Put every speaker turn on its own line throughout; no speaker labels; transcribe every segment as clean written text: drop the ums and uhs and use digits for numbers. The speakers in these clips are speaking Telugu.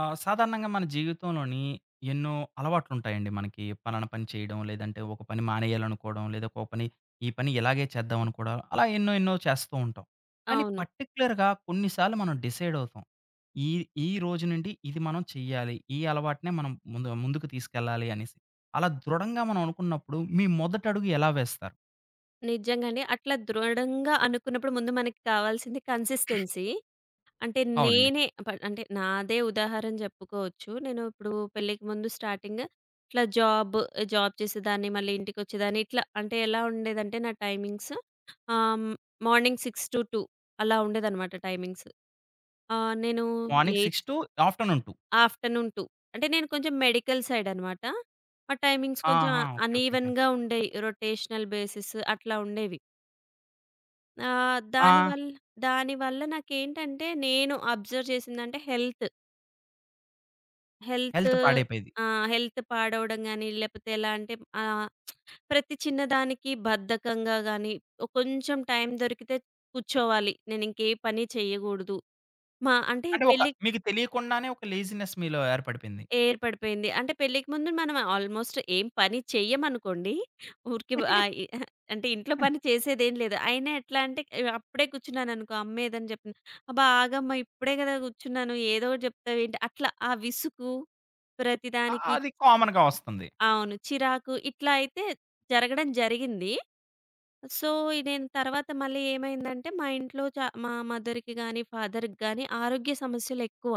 ఆ! సాధారణంగా మన జీవితంలోని ఎన్నో అలవాట్లుంటాయండి మనకి. పలానా పని చేయడం, లేదంటే ఒక పని మానేయాలనుకోవడం, లేదా ఒక పని ఈ పని ఇలాగే చేద్దాం అనుకోవడం, అలా ఎన్నో ఎన్నో చేస్తూ ఉంటాం. కానీ
అవును.
పర్టిక్యులర్‌గా కొన్నిసార్లు మనం డిసైడ్ అవుతాం. ఈ ఈ రోజు నుండి ఇది మనం చెయ్యాలి. ఈ అలవాటునే మనం ముందు ముందుకు తీసుకెళ్ళాలి అనేసి. అలా దృఢంగా మనం అనుకున్నప్పుడు మీ మొదటి అడుగు ఎలా వేస్తారు?
నిజంగండి. అట్లా దృఢంగా అనుకున్నప్పుడు ముందు మనకి కావాల్సింది కన్సిస్టెన్సీ. అంటే
అవునండి.
నేనే ప అంటే నాదే ఉదాహరణ చెప్పుకోవచ్చు. నేను ఇప్పుడు పెళ్ళికి ముందు స్టార్టింగ్ ఇట్లా జాబ్ చేసేదాన్ని, మళ్ళీ ఇంటికొచ్చేదాన్ని. ఇట్లా అంటే ఎలా ఉండేదంటే నా టైమింగ్స్ ఆహ్, మార్నింగ్ 6-2 అలా ఉండేదనమాట టైమింగ్స్. నేను
morning
late
6 to afternoon 2.
Afternoon 2 అంటే నేను కొంచెం మెడికల్ సైడ్ అనమాట. మా టైమింగ్స్ కొంచెం
ఆహా! ఓకే. ఓకే. ఓకే.
అన్‌ఈవెన్‌గా ఉండేయి. రొటేషనల్ బేసిస్ అట్లా ఉండేవి. ఆ!
ఆ!
దానివల్ల దానివల్ల నాకేంటంటే, నేను అబ్జర్వ్ చేసిందంటే హెల్త్. Health
health పాడైపోయేది.
ఆ! హెల్త్ పాడవడం గాని, లేపోతే ఎలా అంటే ఆహ్, ప్రతి చిన్నదానికి బద్ధకంగా గాని, ఒ కొంచెం టైం దొరికితే కూర్చోవాలి. నేనింకే పని చెయ్యగూడదు. మా అంటే
అంటే ఒక
పెళ్లి
మీకు తెలియకుండానే ఒక లేజినెస్ మీలో ఏర్పడిపోయింది.
ఏర్పడిపోయింది. అంటే పెళ్ళికి ముందు మనం ఆల్మోస్ట్ ఏం పని చెయ్యమనుకోండి. ఊరికే ఆహ్, ఇ అంటే ఇంట్లో పని చేసేదేం లేదు. అయినా ఎట్లా అంటే అప్పుడే కూర్చున్నాననుకో అమ్మ ఏదని చెప్పిన, "అబ్బా! ఆగమ్మా ఇప్పుడే కదా కూర్చున్నాను. ఏదో ఒకటి చెప్తావేంటి?" అట్లా ఆ విసుగు
ఆ!
ప్రతిదానికి
అది కామన్‌గా వస్తుంది.
అవును. చిరాకు ఇట్లా అయితే జరగడం జరిగింది. సో, నేను తర్వాత మళ్ళీ ఏమైందంటే మా ఇంట్లో చ మా మదర్‌కి గాని, ఫాదర్‌కి గాని ఆరోగ్య సమస్యలెక్కువ.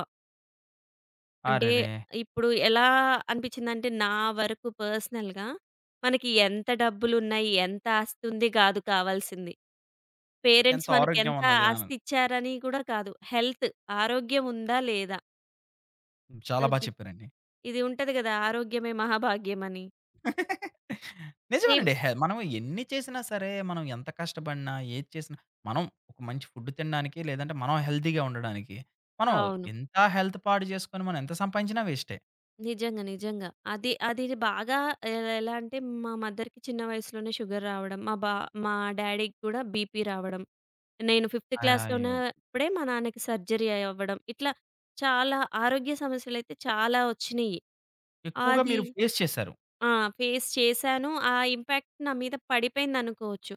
అంటే
అరెరే!
ఇప్పుడు ఎలా అనిపించిందంటే, నా వరకు పర్సనల్‌గా మనకి ఎంత డబ్బులున్నాయి, ఎంత ఆస్తి ఉంది గాదు కావాల్సింది. పేరెంట్స్
ఎంత ఆరోగ్యం
మనకెంత
ఉన్నది అని.
ఆస్తి ఇచ్చారని గూడా కాదు. హెల్త్ ఆరోగ్యం ఉందా లేదా?
చాలా బా
అది
చెప్పారండి.
ఇది ఉంటది గదా! ఆరోగ్యమే మహాభాగ్యం అని. సేమ్.
నిజమేనండి. హె మనం ఎన్ని చేసినా సరే, మనం ఎంత కష్టపడినా, ఏది చేసినా మనం ఒక మంచి ఫుడ్ తినడానికి, లేదంటే మనం హెల్తీగా ఉండడానికి, మనం
అవును.
ఎంత హెల్త్ పాడు చేసుకొని మనం ఎంత సంపాదించినా వేస్టే.
నిజంగా. నిజంగా. అది అది బాగా ఎలా అంటే మా మదర్‌కి చిన్న వయసులోనే షుగర్ రావడం, మా డ్యాడీకి కూడా బీపీ రావడం, నేను ఫిఫ్త్ క్లాస్‌లో
అయ్యో!
ఉన్నప్పుడే మా నాన్నకి సర్జరీ అవ్వడం, ఇట్లా చాలా ఆరోగ్య సమస్యలైతే చాలా వచ్చినియి.
ఎక్కువగా
అది
మీరు ఫేస్ చేశారు.
ఆ! ఫేస్ చేశాను. ఆ ఇంపాక్ట్ నా మీద పడిపోయిందనుకోవచ్చు.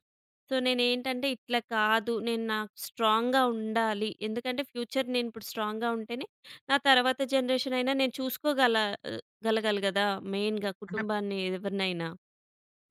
సో, నేనేంటంటే ఇట్లా కాదు. నేను నాకు స్ట్రాంగ్‌గా ఉండాలి. ఎందుకంటే ఫ్యూచర్ నేనిప్పుడు స్ట్రాంగ్‌గా ఉంటేనే నా తర్వాత జనరేషన్ అయినా నేను ఆహ్, గలగాలి గదా! మెయిన్‌గా
అంటే
కుటుంబాన్ని ఎవరినైనా.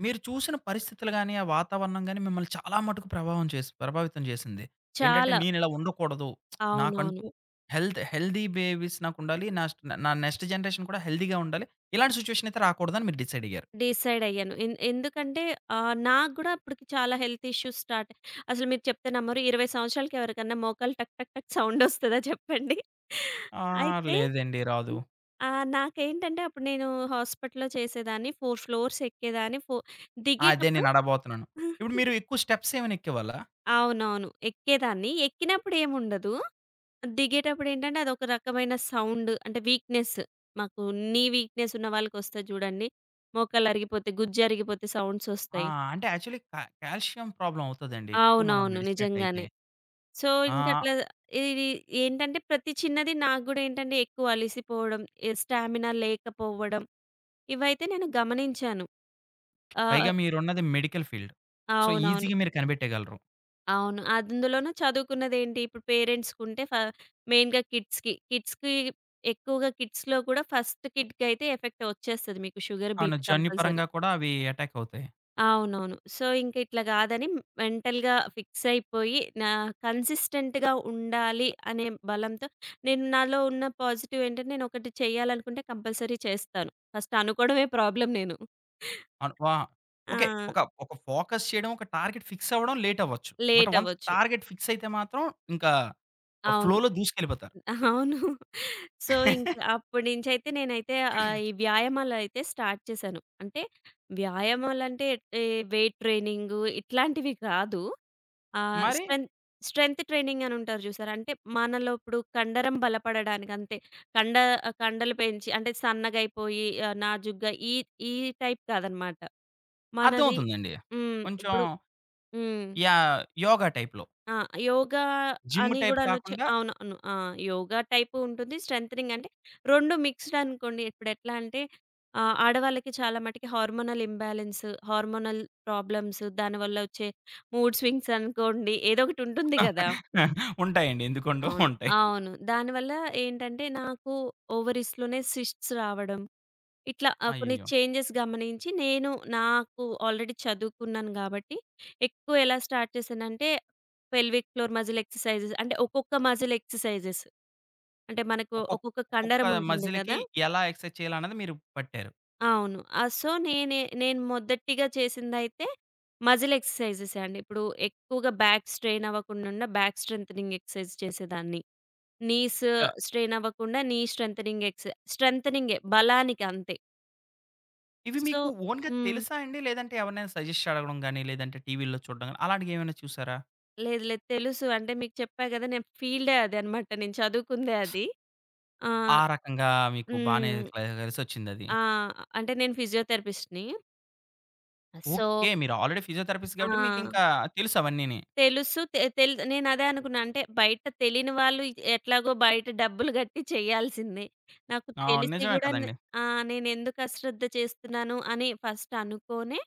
మీరు చూసిన పరిస్థితులు గాని, ఆ వాతావరణం గాని మిమ్మల్ని చాలా మటుకు ప్రభావం చేసి ప్రభావితం చేసింది. ఏంటంటే
చాలా.
నేనిలా ఉండకూడదు.
అవునవును.
నాకంటూ హెల్త్ హెల్తీ బేబీస్ నాకుండాలి. నా స్ట్ నా నెక్స్ట్ జనరేషన్ కూడా హెల్తీగా ఉండాలి. ఇలాంటి సిట్యుయేషన్ అయితే రాకూడదని మీరు డిసైడ్ అయ్యారు.
డిసైడ్ అయ్యాను. ఎందుకంటే నాకు గూడా అప్పటికి చాలా హెల్త్ ఇష్యూస్ స్టార్ట్ అసలు మీరు చెప్తే నమ్మరు 20 సంవత్సరాలకి ఎవరికన్నా మోకాలు టక్ టక్ టక్ సౌండొస్తదా చెప్పండి?
ఆ!
అయితే
లేదండి. రాదు.
హ్మ్. ఆ! నాకేంటంటే అప్పుడు నేను హాస్పిటల్‌లో చేసేదాన్ని. 4 ఫ్లోర్స్ ఎక్కేదాన్ని.
ఆ, అదే
దిగేటప్పుడు
నేను అడగబోతున్నాను. ఇప్పుడు మీరు ఎక్కువ స్టెప్స్ ఏమైనా ఎక్కేవాళ్ళా?
అవునవును. ఎక్కేదాన్ని. ఎక్కినప్పుడు ఏముండదు. దిగేటప్పుడు ఏంటంటే అదొక రకమైన సౌండ్ అంటే వీక్‌నెస్. మాకు నీ వీక్‌నెస్ ఉన్న వాళ్ళకొస్తది జూడండి. మోకాళ్ళు అరిగిపోతాయి, గుజ్జు అరిగిపోతే సౌండ్స్
ఆ!
ఒస్తాయి.
అంటే యాక్చువల్లీ కా కాల్షియం ప్రాబ్లమ్ అవుతదండి. ఎక్కువ మనం
అవునవును. నిజంగానే.
నడిసినట్టయితే.
సో,
ఆ!
ఇంకట్లా ఇది ఏంటంటే ప్రతి చిన్నది నాకు గూడా ఏంటంటే ఎక్కువ అలిసిపోవడం, స్టామినా లేకపోవడం ఇవైతే నేను గమనించాను. ఆహ్,
పైగా మీరున్నది మెడికల్ ఫీల్డ్. సో,
అవునవును.
ఈజీగా మీరు కనిపెట్టేయగలరు.
అవును. అందులోనూ చదువుకున్నదేంటి ఇప్పుడు పేరెంట్స్‌కుంటే ఫ మెయిన్‌గా కిడ్స్‌కి. ఎక్కువగా కిడ్స్‌లో కూడా ఫస్ట్ కిడ్‌కయితే ఎఫెక్ట్ వచ్చేస్తది మీకు షుగర్,
అవును.
BP compulsory.
జన్యుపరంగా కూడా అవి అటాక్ అవుతాయి.
అవునవును. సో, ఇంక ఇట్లా కాదని మెంటల్‌గా ఫిక్స్ అయిపోయి కన్సిస్టెంట్‌గా ఉండాలి అనే బలంతో నేను నాలో ఉన్న పాజిటివ్ ఏంటంటే నేను ఒకటి చేయాలనుకుంటే కంపల్సరీ చేస్తాను. ఫస్ట్ అనుకోవడమే ప్రాబ్లమ్ నేను.
అన్ వా
ఆ!
ఓకే. ఒక ఒక ఫోకస్ చేయడం, ఒక టార్గెట్ ఫిక్స్ అవ్వడం లేట్ అవ్వచ్చు. బట్
లేట్
వన్స్
అవ్వచ్చు.
టార్గెట్ ఫిక్స్ అయితే మాత్రం ఇంకా
అవును.
ఫ్లోలో దూసుకెళ్ళిపోతారు.
అవును. సో, ఇంక అప్పటి నుంచైతే నేనైతే ఈ వ్యాయామాలైతే స్టార్ట్ చేశాను. అంటే వ్యాయామాలంటే ఎ వెయిట్ ట్రైనింగు ఇట్లాంటివి కాదు. ఆహ్,
మరి
స్ట్రెంత్ స్ట్రెంత్ ట్రైనింగ్ అని ఉంటారు చూసారా? అంటే మనలో ఇప్పుడు కండరం బలపడడానికి అంతే. కండ కండలు పెంచి అంటే సన్నగయిపోయి నాజూగ్గా ఈ ఈ టైప్ కాదనమాట. మనది
అర్థమవుతుందండి.
హ్మ్.
కొంచెం
ఇప్పుడు హ్మ్.
యాహ్! యోగా టైప్‌లో.
ఆ! యోగా
జిమ్
అని
టైప్
గూడా అనొచ్చు.
కాకుండా
అవునవును. ఆ! యోగా టైపు ఉంటుంది. స్ట్రెంథెనింగ్ అంటే 2 మిక్స్‌డ్ అనుకోండి. ఇప్పుడెట్లా అంటే ఆడవాళ్ళకి చాలా మటికి హార్మోనల్ ఇంబాలెన్స్, హార్మోనల్ ప్రాబ్లమ్స్ దానివల్ల వచ్చే మూడ్ స్వింగ్స్ అనుకోండి. ఏదో ఒకటి ఉంటుంది గదా!
ఉంటాయండి. ఎందుకుండవు
అవును.
ఉంటాయి.
అవును. దానివల్ల ఏంటంటే నాకు ఓవరీస్‌లోనే సిస్ట్స్ రావడం ఇట్లా కొన్ని
అయ్యయ్యో!
చేంజెస్ గమనించి నేను నాకు ఆల్రెడీ చదువుకున్నాను గాబట్టి, ఎక్కువ ఎలా స్టార్ట్ చేశానంటే, పెల్విక్ ఫ్లోర్ మజిల్ ఎక్సర్‌సైజెస్ అంటే ఒక్కొక్క మజిల్ ఎక్సర్‌సైజెస్. అంటే మనకు
ఒక్కొక్క
ఒక్కొక్క కండరం
ఒక్కొక్క
ఉంటుంది
మజిల్‌కి
కదా!
ఎలా ఎక్సర్సైజ్ చేయాలన్నది మీరు పట్టారు.
అవును. సో, నేను మొదటిగా చేసిందయితే మజిల్ ఎక్సర్‌సైజెసే అండి. ఇప్పుడు ఎక్కువగా బ్యాక్ స్ట్రెయిన్ అవ్వకుండా బ్యాక్ స్ట్రెంథెనింగ్ ఎక్సర్‌సైజ్ చేసేదాన్ని. Knees
yeah!
స్ట్రెయిన్ అవ్వకుండా నీ స్ట్రెంథెనింగ్ ఎక్స్ స్ట్రెంథెనింగే బలానికి అంతే.
ఇవి
సో
మీకు ఓన్‌గా
హ్మ్.
తెలుసా అండి? లేదంటే ఎవరినైనా సజెస్ట్ అడగడం గాని, లేదంటే టీవీలో చూడడం గాని అలాంటియేమైనా చూసారా?
లేదు. లేదు. తెలుసు. అంటే మీకు చెప్పా గదా! నేను ఫీల్డే అదనమాట. నేను చదువుకుందే అది. ఆహ్,
ఆ రకంగా మీకు బానే
హ్మ్.
క్ల కలిసొచ్చిందది.
ఆ! అంటే నేను ఫిజియోథెరపిస్ట్‌ని. So
okay. మీరు ఆల్రెడీ ఫిజియోథెరపిస్ట్
ఆ!
కాబట్టి మీకింకా తెలుసు అవన్నీని.
తెలుసు. తె తెల్ నేనదే అనుకున్నా. అంటే బయట తెలియని వాళ్ళు ఎట్లాగో బయట డబ్బులు గట్టి చేయాల్సిందే. నాకు
అవును.
తెలిసి
నిజమే
గూడా నే
కదండీ.
ఆ! నేనెందుకు అశ్రద్ధ చేస్తున్నాను అని ఫస్ట్ అనుకోనే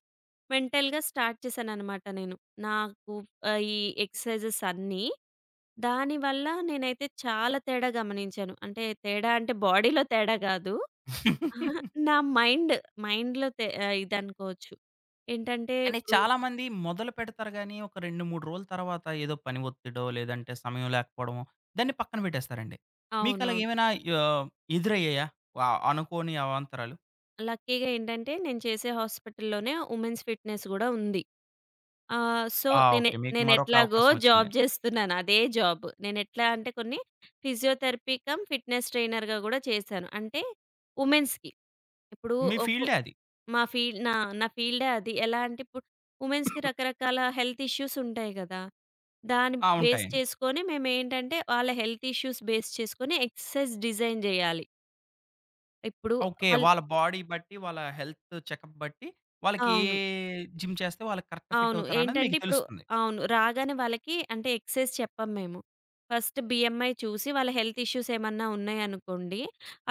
మెంటల్‌గా స్టార్ట్ చేశాననమాట నేను. నాకు ఈ ఎక్సర్‌సైజెస్ అన్నీ. దానివల్ల నేనైతే చాలా తేడా గమనించాను. అంటే తేడా అంటే బాడీలో తేడా గాదు. అహా! నా మైండ్, మైండ్‌లో ఇదనుకోవచ్చు. ఏంటంటే
కానీ
ఇప్పుడు
చాలామంది మొదలు పెడతారు గానీ, ఒక 2, 3 రోజుల తర్వాత ఏదో పని ఒత్తిడో, లేదంటే సమయం లేకపోవడమో దాన్ని పక్కన పెట్టేస్తారండి.
అవునవును.
మీకలాగేమైనా ఆహ్, ఎదురయ్యాయా? అనుకోని అవాంతరాలు?
లక్కీగా ఏంటంటే నేను చేసే హాస్పిటల్‌లోనే ఉమెన్స్ ఫిట్‌నెస్ గూడా ఉంది. ఆ! సో,
ఆ! ఓకే. మీకు మరొక
నేనెట్లాగో
అవకాశం
జాబ్
ఒచ్చింది.
జేస్తున్నాను. అదే జాబ్. నేనెట్లా అంటే కొన్ని ఫిజియోథెరపీ కమ్ ఫిట్‌నెస్ ట్రైనర్‌గా గూడా చేశాను. అంటే వుమెన్స్‌కి. ఇప్పుడు
మీ
ఒక్కొ
ఫీల్డే అది.
మా ఫీల్డ్ నా నా ఫీల్డే అది. ఎలా అంటే ఇప్పుడు వుమెన్స్‌కి రకరకాల హెల్త్ ఇష్యూస్ ఉంటాయి గదా! దాన్ని
ఆ!
బేస్
ఉంటాయి.
చేసుకొని మేమేంటంటే వాళ్ళ హెల్త్ ఇష్యూస్ బేస్ చేసుకొని ఎక్సర్‌సైజ్ డిజైన్ జేయాలి. ఇప్పుడు
ఓకే.
వాళ్ళు
వాళ్ళ బాడీ బట్టి, వాళ్ళ హెల్త్ చెకప్ బట్టి, వాళ్ళకి ఏ
అవును.
జిమ్ చేస్తే వాళ్ళకి కరెక్ట్ ఫిట్
అవును.
అవుతారన్నది
ఏంటంటే
మీకు
ఇప్పుడు
తెలుస్తుంది.
అవును. రాగానే వాళ్ళకి అంటే ఎక్సైజ్ చెప్పం మేము. ఫస్ట్ బీఎంఐ చూసి వాళ్ళ హెల్త్ ఇష్యూస్ ఏమన్నా ఉన్నాయనుకోండి,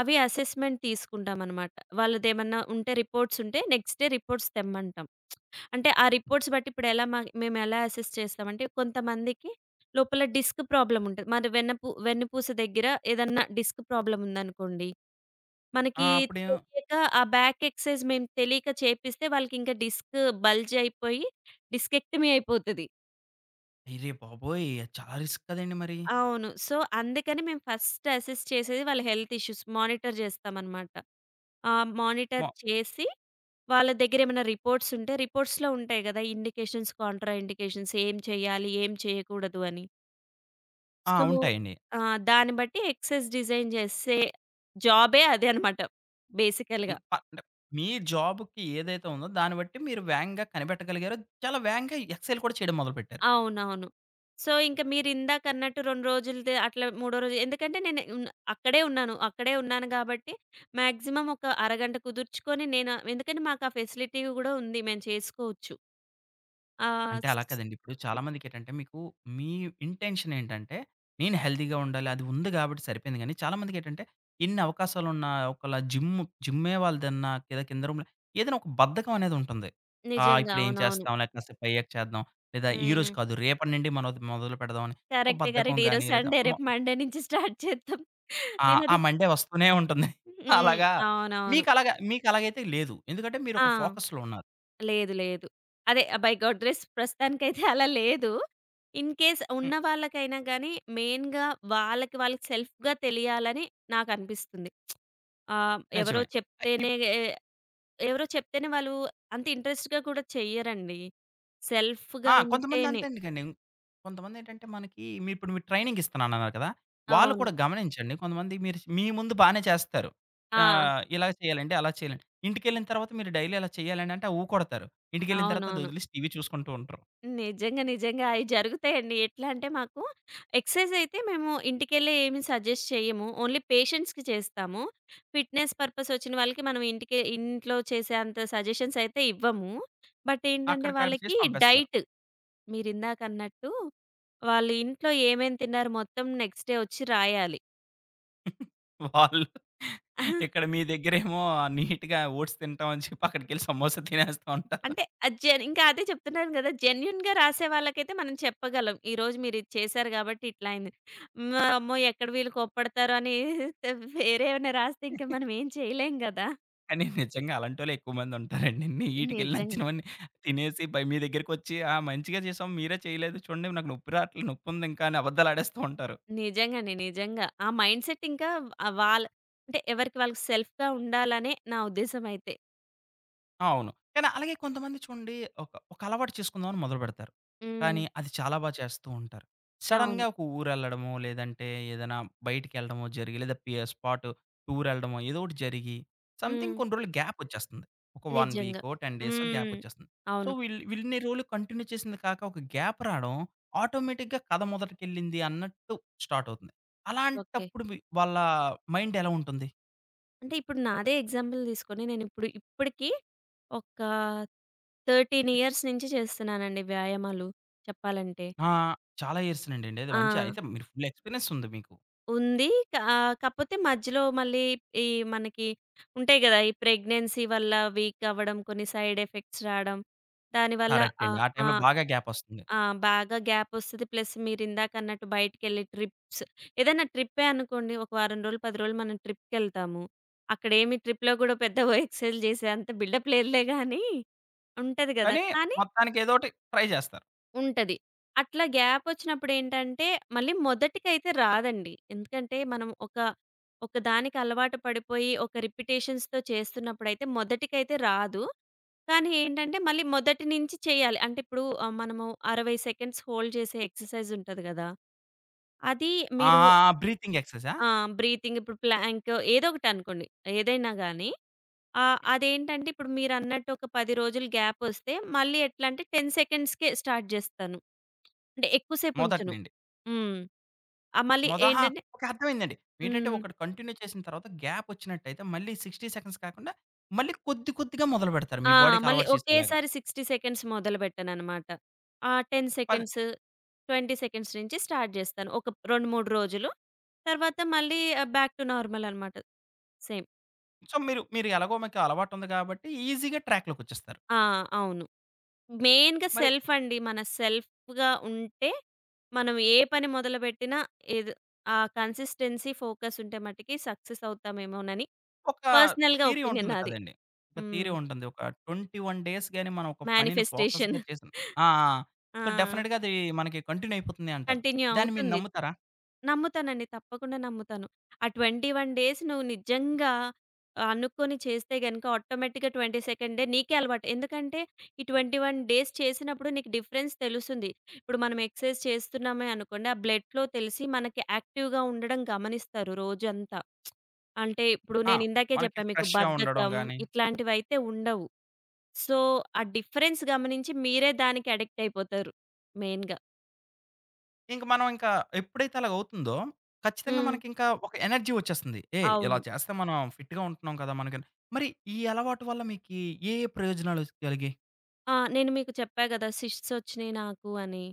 అవి అసెస్‌మెంట్ తీసుకుంటామనమాట. వాళ్ళదేమన్నా ఉంటే రిపోర్ట్స్ ఉంటే నెక్స్ట్ డే రిపోర్ట్స్ తెమ్మంటాం. అంటే ఆ రిపోర్ట్స్ బట్టి ఇప్పుడు ఎలా మ మేమెలా అసెస్ చేస్తామంటే కొంతమందికి లోపల డిస్క్ ప్రాబ్లమ్ ఉంటది. మరి వెన్నుపూస దగ్గర ఏదన్నా డిస్క్ ప్రాబ్లమ్ ఉందనుకోండి
ఆ!
మనకి
అప్పుడే
తెలియక ఆ బ్యాక్ ఎక్సర్‌సైజ్ మేము తెలియక చేపిస్తే వాళ్ళకింకా డిస్క్ బల్జ్ అయిపోయి డిస్కెక్టమీ అయిపోతది.
అయ్యరే బాబోయ్! అది చాలా రిస్క్ కదండీ మరి.
అవును. సో, అందుకని మేము ఫస్ట్ అసెస్ చేసేది వాళ్ళ హెల్త్ ఇష్యూస్ మానిటర్ చేస్తామనమాట. ఆ మానిటర్
మొ
చేసి వాళ్ళ దగ్గరేమైనా రిపోర్ట్స్ ఉంటే రిపోర్ట్స్‌లో ఉంటాయి కదా! ఇండికేషన్స్, కాంట్రా ఇండికేషన్స్ ఏం చేయాలి? ఏం చేయకూడదు అని.
ఆ!
సో,
ఉంటాయండి.
దాన్ని బట్టి ఎక్సర్‌సైజ్ డిజైన్ చేసే జాబే అదే అనమాట బేసికల్‌గా.
ఇంక ప అంటే మీ జాబ్‌కి ఏదైతే ఉందో దాన్ని బట్టి మీరు వేగంగా కనిపెట్టగలిగారో, చాలా వేగంగా ఎక్సెల్ కూడా చేయడం మొదలుపెట్టారు.
అవునవును. సో, ఇంక మీరిందాకన్నట్టు 2 రోజులది అట్లా మూడో రోజు ఎందుకంటే నేను ఉన్ అక్కడే ఉన్నాను. అక్కడే ఉన్నాను గాబట్టి మాక్సిమం ఒక అరగంట కుదుర్చుకొని నేను ఎందుకంటే మాకా ఫెసిలిటీ గూడా ఉంది. మేము చేసుకోవచ్చు. ఆ!
అంటే అలా
స్
కాదండి. ఇప్పుడు చాలా మందికేంటంటే మీకు మీ ఇంటెన్షన్ ఏంటంటే, నేను హెల్తీగా ఉండాలి. అది ఉంది గాబట్టి సరిపోయింది గానీ, చాలా మందికేంటంటే ఎన్ని అవకాశాలున్నా ఒకళ జిమ్ జిమ్మే వాళ్ళదన్నా లేదా కింద రూమ్‌లో ఏదైనా ఒక బద్ధకం అనేదుంటుంది. ఆ!
నిజంగా.
ఇప్పుడేం
అవునవును.
చేస్తాంలే కాసేపు అయ్యాక చేద్దాం. లేదా ఈరోజు
హ్మ్.
కాదు రేపటి నుండి మనం అది మొదలు పెడదామని ఒక
కరెక్టే.
బద్ధకం
కరెక్టే.
గానీ
ఈరోజు
లేదా
సండే
మొ
రేపు మండే నుంచి స్టార్ట్ చేద్దాం.
ఆ! ఆ
నేనది
మండే వస్తూనే ఉంటుంది.
హ్మ్.
అలాగా
అవునవును.
మీకలాగైతే లేదు. ఎందుకంటే మీరు
ఆ!
ఒక ఫోకస్‌లో ఉన్నారు.
లేదు. లేదు. అదే బై గాడ్ గ్రేస్ ప్రస్తుతానికైతే అలా లేదు. ఇన్ కేస్ ఉన్న
హ్మ్.
వాళ్ళకైనా గానీ, మెయిన్‌గా వాళ్ళకి వాళ్ళకి సెల్ఫ్‌గా తెలియాలని నాకనిపిస్తుంది. ఆహ్, ఎవరో
నిజమే. అయ్
చెప్తేనే
ఇప్
ఎ ఎవరో చెప్తేనే వాళ్ళు అంత ఇంట్రెస్ట్‌గా కూడా చెయ్యరండి. సెల్ఫ్‌గా
ఆ! కొంతమంది
ఉంటేనే.
అంతే ఎందుకండి. కొంతమందేంటంటే మనకి మీ ఇప్పుడు మీరు ట్రైనింగ్ ఇస్తున్నానన్నారు కదా! వాళ్ళు
అవును.
కూడా గమనించండి. కొంతమంది మీరు మీ ముందు బానే చేస్తారు.
ఆ!
ఆహ్, ఇలా చేయాలండి, అలా చేయాలండి. ఇంటికెళ్ళిన తర్వాత మీరు డైలీ అలా చేయాలని అంటే ఊకొడతారు. ఇంటికెళ్ళిన తర్వాత అది
అవునవును.
వదిలేసి టీవీ చూసుకుంటూ ఉంటారు.
నిజంగా. నిజంగా. అయి జరుగుతాయండి. ఎట్లా అంటే మాకు ఎక్సర్‌సైజ్ అయితే మేము ఇంటికెళ్ళే ఏమి సజెస్ట్ చేయము. ఓన్లీ పేషెంట్స్‌కి చేస్తాము. ఫిట్‌నెస్ పర్పస్ వచ్చిన వాళ్ళకి మనం ఇంటికే ఇంట్లో చేసే అంత సజెషన్స్ అయితే ఇవ్వము. బట్ ఏంటంటే
అక్కడికక్కడ చేసి
వాళ్ళకి
పంపేస్తారు.
డైట్ మీరిందాకన్నట్టు వాళ్ళు ఇంట్లో ఏమేం తిన్నారు మొత్తం నెక్స్ట్ డే వచ్చి రాయాలి.
వాళ్ళు ఇక్కడ మీ దగ్గరేమో నీట్‌గా ఓట్స్ తింటాం అని చెప్పి అక్కడికెళ్ళి సమోసా తినేస్తూ ఉంటారు.
అంటే అది జెన్ ఇంకా అదే చెప్తున్నాను గదా! జెన్యూన్‌గా రాసే వాళ్ళకైతే మనం చెప్పగలం. ఈరోజు మీరిది చేశారు గాబట్టి ఇట్లా అయింది. హ్మ్. అమ్మో! ఎక్కడ వీళ్ళు కోప్పడతారో అని వేరే ఏమైనా రాస్తే ఇంకా మనం ఏం చేయలేం గదా!
కానీ నిజంగా అలాంటోళ్ళే ఎక్కువమంది ఉంటారండి. నీట్‌గెళ్ళి
నిజంగ్
నచ్చినవన్నీ తినేసి పై మీ దగ్గరికొచ్చి, "ఆ! మంచిగా చేసాం మీరే చేయలేదు చూడండి నాకు నొప్పి రాట్లే నొప్పుందింకా" అని అబద్దాలాడేస్తూ ఉంటారు.
నిజంగండి. నిజంగా. ఆ మైండ్‌సెట్ ఇంకా ఆహ్, వాళ్ళ అంటే ఎవరికి వాళ్ళకి సెల్ఫ్‌గా ఉండాలనే నా ఉద్దేశ్యం అయితే.
ఆ! అవును. కానీ అలాగే కొంతమంది చూడండి ఒక ఒక అలవాటు చేసుకుందాం అని మొదలుపెడతారు.
హ్మ్.
కానీ అది చాలా బా చేస్తూ ఉంటారు.
అవును.
సడెన్‌గా ఒక ఊరెళ్ళడమో, లేదంటే ఏదైనా బయటికెళ్ళడమో జరిగి, లేదా పి స్పాట్ టూరెళ్ళడమో ఏదో ఒకటి జరిగి సంథింగ్
హ్మ్.
కొన్ని రోజులు గ్యాప్ ఒచ్చేస్తుంది. ఒక 1
నిజంగా.
వీకో, 10 డేసో గ్యాప్
హ్మ్.
ఒచ్చేస్తుంది. సో,
అవును.
వీళ్ళిన్ని రోజులు కంటిన్యూ చేసింది కాక ఒక గ్యాప్ రావడం ఆటోమేటిక్‌గా కథ మొదటికెళ్ళింది అన్నట్టు స్టార్ట్ అవుతుంది.
ఓకే.
అలాంటప్పుడు మీ వాళ్ళ మైండ్ ఎలా ఉంటుంది?
అంటే ఇప్పుడు నాదే ఎగ్జాంపుల్ తీసుకొని నేనిప్పుడు ఇప్పటికి ఒక 13 ఇయర్స్ నుంచి చేస్తున్నానండి వ్యాయామాలు చెప్పాలంటే.
ఆ! చాలా ఇయర్స్ నుండండి. అది
ఆ!
మంచి అయితే మీరు ఫుల్ ఎక్స్‌పీరియన్స్ ఉంది మీకు.
ఉంది. కాపోతే మధ్యలో మళ్ళీ ఈ మనకి ఉంటాయి గదా! ఈ ప్రెగ్నెన్సీ వల్ల వీక్ అవ్వడం, కొన్ని సైడ్ ఎఫెక్ట్స్ రాడం. దానివల్ల
కరెక్ట్ అండి.
ఆహ్,
ఆ టైంలో
ఆహ్,
బాగా గ్యాపొస్తుంది.
ఆ! బాగా గ్యాపొస్తది. ప్లస్ మీరిందాకన్నట్టు బయటికెళ్ళి ట్రిప్స్ ఏదైనా ట్రిప్పే అనుకోండి. ఒక వారం రోజులు, 10 రోజులు మనం ట్రిప్‌కెళ్తాము. అక్కడేమి ట్రిప్‌లో గూడా పెద్ద ఓ ఎక్సైజ్‌లు చేసే అంత బిల్డప్ లేదులే గానీ ఉంటది గదా!
కానీ
కానీ
మొత్తానికి ఏదోటి ట్రై జేస్తారు.
ఉంటది. అట్లా గ్యాపొచ్చినప్పుడేంటంటే, మళ్ళీ మొదటికైతే రాదండి. ఎందుకంటే, మనం ఒక ఒక దానికి అలవాటు పడిపోయి, ఒక రిపిటేషన్స్‌తో చేస్తున్నప్పుడైతే మొదటికైతే రాదు. కానీ ఏంటంటే, మళ్ళీ మొదటి నుంచి చేయాలి. అంటే ఇప్పుడు మనము 60 సెకండ్స్ హోల్డ్ చేసే ఎక్సర్‌సైజ్ ఉంటది గదా! అది
ఆ!
మీరు
బ్రీతింగ్ ఎక్సర్‌సైజా?
ఆ! బ్రీతింగ్ ఇప్పుడు ప్లాంక్ ఏదో ఒకటనుకోండి. ఏదైనా గానీ, అదేంటంటే ఇప్పుడు మీరన్నట్టు ఒక 10 రోజులు గ్యాపొస్తే, మళ్ళీ ఎట్లా అంటే 10 సెకండ్స్‌కే స్టార్ట్ జేస్తాను. అంటే ఎక్కువ
మొదటి
సేపుంచను.
నుండి.
హ్మ్. ఆహ్, మళ్ళీ
మొద అహా!
ఏంటంటే
ఓకే. అర్థమైందండి. ఏంటంటే
హ్మ్.
ఒకటి కంటిన్యూ చేసిన తర్వాత గ్యాపొచ్చినట్టయితే మళ్ళీ 60 సెకండ్స్ కాకుండా మళ్ళీ కొద్ది కొద్దిగా మొదలుబెడతారు.
ఆ!
మీ బాడీకి
మళ్ళీ
అలవాటు చేసేలాగా.
ఒకేసారి 60 సెకండ్స్ మొదలుబెట్టననమాట. ఆ 10
పది
సెకండ్స్, 20 సెకండ్స్ నుంచి స్టార్ట్ జేస్తాను. ఒక 2, 3 రోజులు. తర్వాత మళ్ళీ బ్యాక్ టు నార్మల్ అనమాట. సేమ్.
సో, మీరు మీరు ఎలాగో మీకు అలవాటుంది కాబట్టి ఈజీగా ట్రాక్‌లోకొచ్చేస్తారు.
ఆ! అవును. మెయిన్‌గా
మరి
సెల్ఫ్ అండి. మన సెల్ఫ్‌గా ఉంటే, మనం ఏ పని మొదలుబెట్టినా ఏదో ఆ కన్సిస్టెన్సీ, ఫోకస్ ఉంటే మటికి సక్సెస్ అవుతామేమోనని
ఒక
పర్సనల్‌గా
థియరీ
ఒపీనియన్
ఉంటుంది
నాది.
కదండీ! ఒక థియరీ
హ్మ్.
ఉంటుంది. ఒక 21 డేస్ గాని మనం ఒక పనిని
మేనిఫెస్టేషన్.
ఫోకస్‌గా చేసిన ఆ! ఆ! సో,
ఆ!
డెఫినిట్‌గా అది మనకి కంటిన్యూ అయిపోతుంది అంటారు.
కంటిన్యూ
దాన్ని మీరు
అవుతుంది.
నమ్ముతారా?
నమ్ముతానండి. తప్పకుండా నమ్ముతాను. ఆ 21 డేస్ నువ్వు నిజంగా అనుకోని చేస్తే గనుక ఆటోమేటిక్‌గా 22nd డే నీకే అలవాటు. ఎందుకంటే ఈ 21 డేస్ చేసినప్పుడు నీకు డిఫరెన్స్ తెలుస్తుంది. ఇప్పుడు మనం ఎక్సర్సైజ్ చేస్తున్నామే అనుకోండి. ఆ బ్లడ్‌లో తెలిసి మనకి యాక్టివ్‌గా ఉండడం గమనిస్తారు రోజంతా. అంటే ఇప్పుడు
ఆ!
నేను ఇందాకే
మనకి
చెప్పా మీకు
ఫ్రెష్‌గా ఉండడం
బద్ధకం
గాని,
ఇట్లాంటివైతే ఉండవు. సో, ఆ డిఫరెన్స్ గమనించి మీరే దానికి అడిక్ట్ అయిపోతారు మెయిన్‌గా.
ఇంక మనం ఇంకా ఎప్పుడైతే అలాగ అవుతుందో, ఖచ్చితంగా
హ్మ్.
మనకింకా ఒక ఎనర్జీ వచ్చేస్తుంది. ఏయ్! ఇలా
అవును.
చేస్తే మనం ఫిట్‌గా ఉంటున్నాం కదా! మనకని. మరి ఈ అలవాటు వల్ల మీకి ఏ, ఏ ప్రయోజనాలు కలిగాయి?
ఆ! నేను మీకు చెప్పా గదా! సిస్ట్స్ ఒచ్చినియి నాకు అని.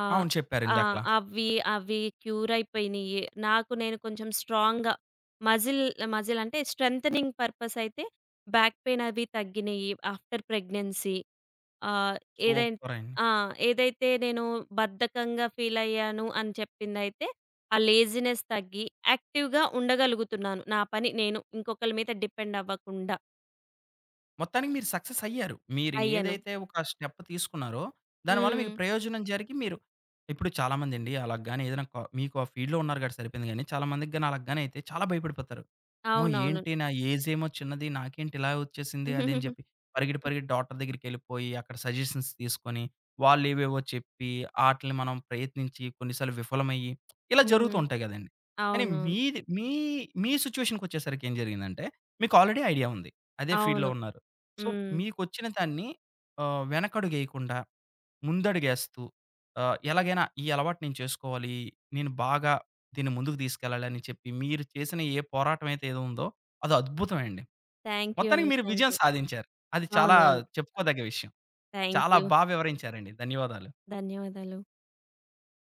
ఆహ్,
అవును చెప్పారు
ఆ!
ఇందాకలా.
అవి, అవి క్యూర్ అయిపోయినియి. నాకు నేను కొంచెం స్ట్రాంగ్‌గా మజిల్, మజిల్ అంటే స్ట్రెంథెనింగ్ పర్పస్ అయితే బ్యాక్ పెయిన్ అవి తగ్గినియి ఆఫ్టర్ ప్రెగ్నెన్సీ. ఆహ్, ఏదై
సూపర్ అండి.
ఆ! ఏదైతే నేను బద్ధకంగా ఫీల్ అయ్యాను అని చెప్పిందయితే ఆ లేజీనెస్ తగ్గి యాక్టివ్‌గా ఉండగలుగుతున్నాను. నా పని నేను ఇంకొకళ్ళ మీద డిపెండ్ అవ్వకుండా
మొత్తానికి మీరు సక్సెస్ అయ్యారు. మీరు
అయ్యాను.
ఏదైతే ఒక స్టెప్ తీసుకున్నారో, దానివల్ల
హ్మ్.
మీకు ప్రయోజనం జరిగి మీరు ఇప్పుడు చాలామందండి అలాగ గాని ఏదైనా క మీకు ఆ ఫీల్డ్‌లో ఉన్నారు కాబట్టి సరిపోయింది గానీ, చాలామందికి గాని అలాగ గాని అయితే చాలా భయపడిపోతారు. అమ్మో!
అవునవును.
ఏంటి నా ఏజేమో చిన్నది నాకేంటి ఇలా వచ్చేసింది అది అని చెప్పి పరిగెట్టి, పరిగెట్టి డాక్టర్ దగ్గరికెళ్ళిపోయి అక్కడ సజెషన్స్ తీసుకొని, వాళ్ళేవేవో చెప్పి ఆటిల్ని మనం ప్రయత్నించి కొన్నిసార్లు విఫలమయ్యి ఇలా జరుగుతూ
హ్మ్.
ఉంటాయి గదండీ. కానీ
అవునవును.
మీది మీ మీ సిట్యుయేషన్‌కొచ్చేసరికి ఏం జరిగిందంటే మీకు ఆల్రెడీ ఐడియా ఉంది. అదే ఫీల్డ్‌లో
అవును.
ఉన్నారు. సో,
హ్మ్.
మీకొచ్చిన దాన్ని వెనకడుగేయకుండా ముందడుగేస్తూ ఎలాగైనా ఈ అలవాటు నేను చేసుకోవాలి. నేను బాగా దీన్ని ముందుకు తీసుకెళ్ళాలని చెప్పి మీరు చేసిన ఏ పోరాటం అయితే ఏదో ఉందో అది అద్భుతమండి.
థాంక్ యూ
మొత్తానికి
అండి.
మీరు
థాంక్
విజయం
యూ.
సాధించారు. అది చాలా
అవునవును.
చెప్పుకోదగ్గ విషయం.
థాంక్
చాలా
యూ.
బా వివరించారండి. ధన్యవాదాలు.
ధన్యవాదాలు.